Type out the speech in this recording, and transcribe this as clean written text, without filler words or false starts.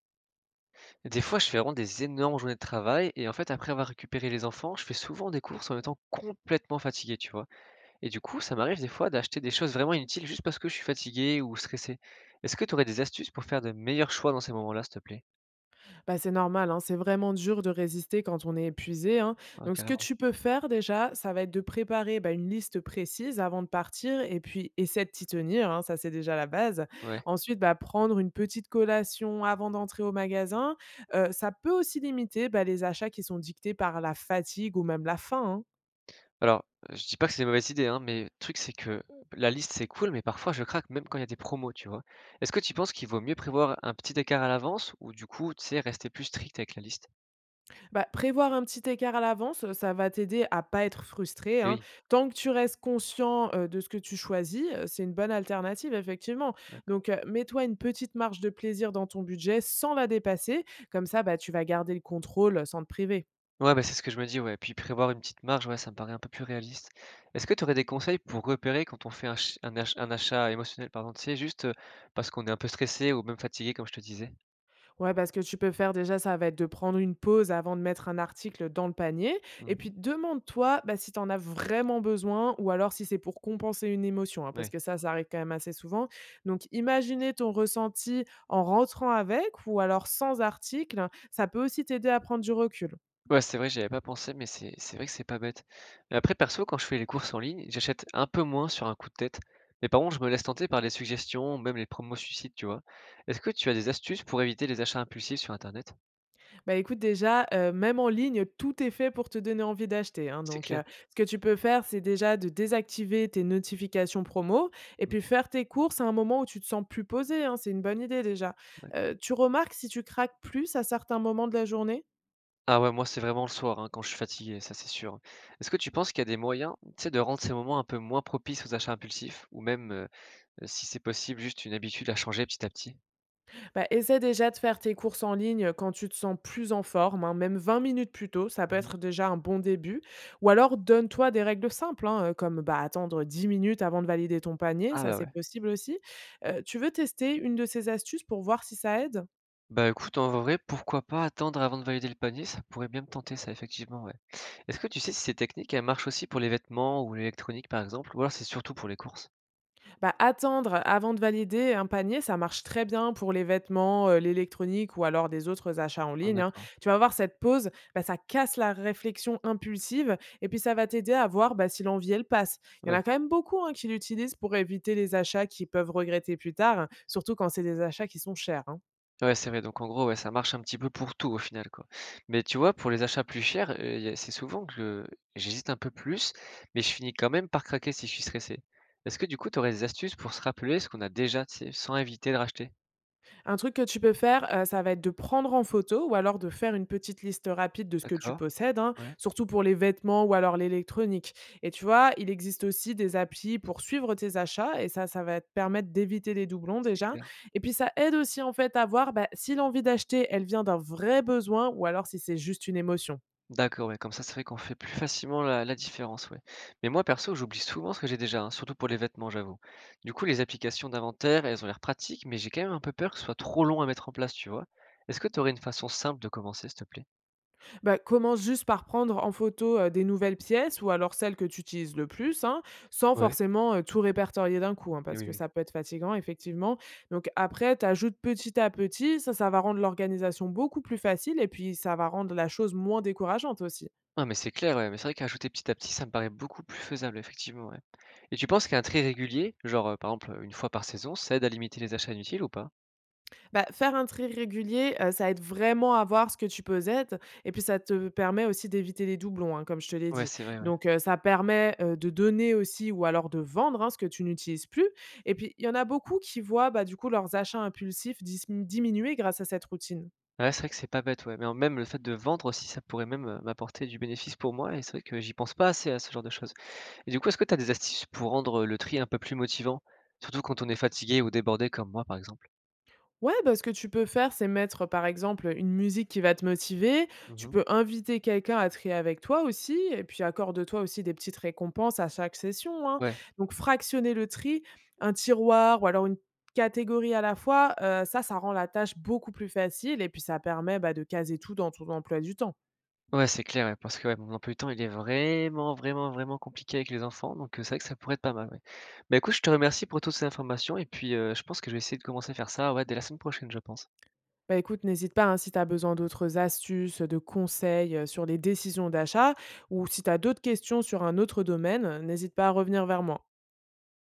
Des fois, je fais vraiment des énormes journées de travail et en fait, après avoir récupéré les enfants, je fais souvent des courses en étant complètement fatigué, tu vois. Et du coup, ça m'arrive des fois d'acheter des choses vraiment inutiles juste parce que je suis fatigué ou stressé. Est-ce que tu aurais des astuces pour faire de meilleurs choix dans ces moments-là, s'il te plaît? Bah, c'est normal, hein, c'est vraiment dur de résister quand on est épuisé, hein. Ah, Donc, ce que carrément. tu peux faire déjà, ça va être de préparer une liste précise avant de partir et puis essaie de t'y tenir, hein, ça c'est déjà la base. Ouais. Ensuite, bah, prendre une petite collation avant d'entrer au magasin, ça peut aussi limiter les achats qui sont dictés par la fatigue ou même la faim, hein. Alors, je dis pas que c'est des mauvaises idées, hein, mais le truc, c'est que la liste, c'est cool, mais parfois, je craque même quand il y a des promos, tu vois. Est-ce que tu penses qu'il vaut mieux prévoir un petit écart à l'avance ou du coup, tu sais, rester plus strict avec la liste? Bah, prévoir un petit écart à l'avance, ça va t'aider à pas être frustré, Eh hein. oui. Tant que tu restes conscient, de ce que tu choisis, c'est une bonne alternative effectivement. Ouais. Donc, mets-toi une petite marge de plaisir dans ton budget sans la dépasser. Comme ça, bah, tu vas garder le contrôle, sans te priver. Ouais, bah, c'est ce que je me dis, ouais. Puis prévoir une petite marge, ouais, ça me paraît un peu plus réaliste. Est-ce que tu aurais des conseils pour repérer quand on fait un achat émotionnel, pardon, tu sais, juste, parce qu'on est un peu stressé ou même fatigué comme je te disais? Ouais, parce que tu peux faire déjà, ça va être de prendre une pause avant de mettre un article dans le panier. Et Mmh. puis demande-toi bah, si tu en as vraiment besoin ou alors si c'est pour compenser une émotion, hein, parce Ouais. que ça arrive quand même assez souvent. Donc imaginez ton ressenti en rentrant avec ou alors sans article. Ça peut aussi t'aider à prendre du recul. Ouais, c'est vrai, j'y avais pas pensé, mais c'est vrai que c'est pas bête. Mais après perso, quand je fais les courses en ligne, j'achète un peu moins sur un coup de tête. Mais par contre, je me laisse tenter par les suggestions ou même les promos suicides, tu vois? Est-ce que tu as des astuces pour éviter les achats impulsifs sur internet? Bah, écoute déjà, même en ligne, tout est fait pour te donner envie d'acheter, hein, C'est donc clair. Ce que tu peux faire, c'est déjà de désactiver tes notifications promo et puis Mmh. faire tes courses à un moment où tu te sens plus posé, hein, c'est une bonne idée déjà. Tu remarques si tu craques plus à certains moments de la journée? Ah ouais, moi, c'est vraiment le soir, hein, quand je suis fatigué, ça, c'est sûr. Est-ce que tu penses qu'il y a des moyens, tu sais, de rendre ces moments un peu moins propices aux achats impulsifs ou même, si c'est possible, juste une habitude à changer petit à petit? Bah, essaie déjà de faire tes courses en ligne quand tu te sens plus en forme, hein, même 20 minutes plus tôt, ça peut Mmh. être déjà un bon début. Ou alors donne-toi des règles simples, hein, comme bah, attendre 10 minutes avant de valider ton panier, Ah ça bah, c'est ouais. possible aussi. Tu veux tester une de ces astuces pour voir si ça aide. Bah, écoute, en vrai, pourquoi pas attendre avant de valider le panier? Ça pourrait bien me tenter ça, effectivement, ouais. Est-ce que tu sais si ces techniques, elles marchent aussi pour les vêtements ou l'électronique, par exemple, ou alors c'est surtout pour les courses? Bah, attendre avant de valider un panier, ça marche très bien pour les vêtements, l'électronique ou alors des autres achats en Ah, ligne, hein. d'accord. Tu vas voir cette pause, bah, ça casse la réflexion impulsive et puis ça va t'aider à voir, bah, si l'envie elle passe. Il y Ouais. en a quand même beaucoup, hein, qui l'utilisent pour éviter les achats qu'ils peuvent regretter plus tard, hein, surtout quand c'est des achats qui sont chers, hein. Ouais, c'est vrai, donc en gros, ouais, ça marche un petit peu pour tout au final, quoi. Mais tu vois, pour les achats plus chers, y a c'est souvent que j'hésite un peu plus, mais je finis quand même par craquer si je suis stressé. Est-ce que du coup, tu aurais des astuces pour se rappeler ce qu'on a déjà, tu sais, sans éviter de racheter? Un truc que tu peux faire, ça va être de prendre en photo ou alors de faire une petite liste rapide de ce que tu D'accord. possèdes, hein, Ouais, surtout pour les vêtements ou alors l'électronique. Et tu vois, il existe aussi des applis pour suivre tes achats et ça va te permettre d'éviter les doublons c'est déjà, clair. et puis ça aide aussi en fait à voir, bah, si l'envie d'acheter, elle vient d'un vrai besoin ou alors si c'est juste une émotion. D'accord, ouais, comme ça, c'est vrai qu'on fait plus facilement la différence, ouais. Mais moi, perso, j'oublie souvent ce que j'ai déjà, hein, surtout pour les vêtements, j'avoue. Du coup, les applications d'inventaire, elles ont l'air pratiques, mais j'ai quand même un peu peur que ce soit trop long à mettre en place, tu vois? Est-ce que tu aurais une façon simple de commencer, s'il te plaît? Bah, commence juste par prendre en photo, des nouvelles pièces ou alors celles que tu utilises le plus, hein, sans Ouais. forcément, tout répertorier d'un coup, hein, Et parce oui, que oui. ça peut être fatigant effectivement. Donc après, tu ajoutes petit à petit, ça va rendre l'organisation beaucoup plus facile et puis ça va rendre la chose moins décourageante aussi. Non, mais c'est clair, ouais, mais c'est vrai qu'ajouter petit à petit, ça me paraît beaucoup plus faisable, effectivement, ouais. Et tu penses qu'un tri régulier, genre, par exemple, une fois par saison, ça aide à limiter les achats inutiles ou pas? Bah, faire un tri régulier, ça aide vraiment à voir ce que tu possèdes et puis ça te permet aussi d'éviter les doublons, hein, comme je te l'ai Ouais, dit. c'est vrai, ouais. Donc ça permet, de donner aussi ou alors de vendre, hein, ce que tu n'utilises plus et puis il y en a beaucoup qui voient, bah, du coup leurs achats impulsifs dismi diminuer grâce à cette routine. Ouais, c'est vrai que c'est pas bête, ouais, mais en même le fait de vendre aussi, ça pourrait même, m'apporter du bénéfice pour moi et c'est vrai que j'y pense pas assez à ce genre de choses. Et du coup, est-ce que tu as des astuces pour rendre, le tri un peu plus motivant? Surtout quand on est fatigué ou débordé comme moi, par exemple? Ouais, bah, ce que tu peux faire, c'est mettre, par exemple, une musique qui va te motiver. Tu Mhm. peux inviter quelqu'un à trier avec toi aussi et puis accorde-toi aussi des petites récompenses à chaque session, hein. Ouais. Donc fractionner le tri, un tiroir ou alors une catégorie à la fois, ça, ça rend la tâche beaucoup plus facile et puis ça permet, bah, de caser tout dans ton emploi du temps. Ouais, c'est clair, ouais, parce que, ouais, mon emploi du temps, il est vraiment, vraiment, vraiment compliqué avec les enfants, donc c'est vrai que ça pourrait être pas mal, ouais. Bah, écoute, je te remercie pour toutes ces informations et puis, je pense que je vais essayer de commencer à faire ça, ouais, dès la semaine prochaine, je pense. Bah, écoute, n'hésite pas, hein, si tu as besoin d'autres astuces, de conseils, sur les décisions d'achat ou si tu as d'autres questions sur un autre domaine, n'hésite pas à revenir vers moi.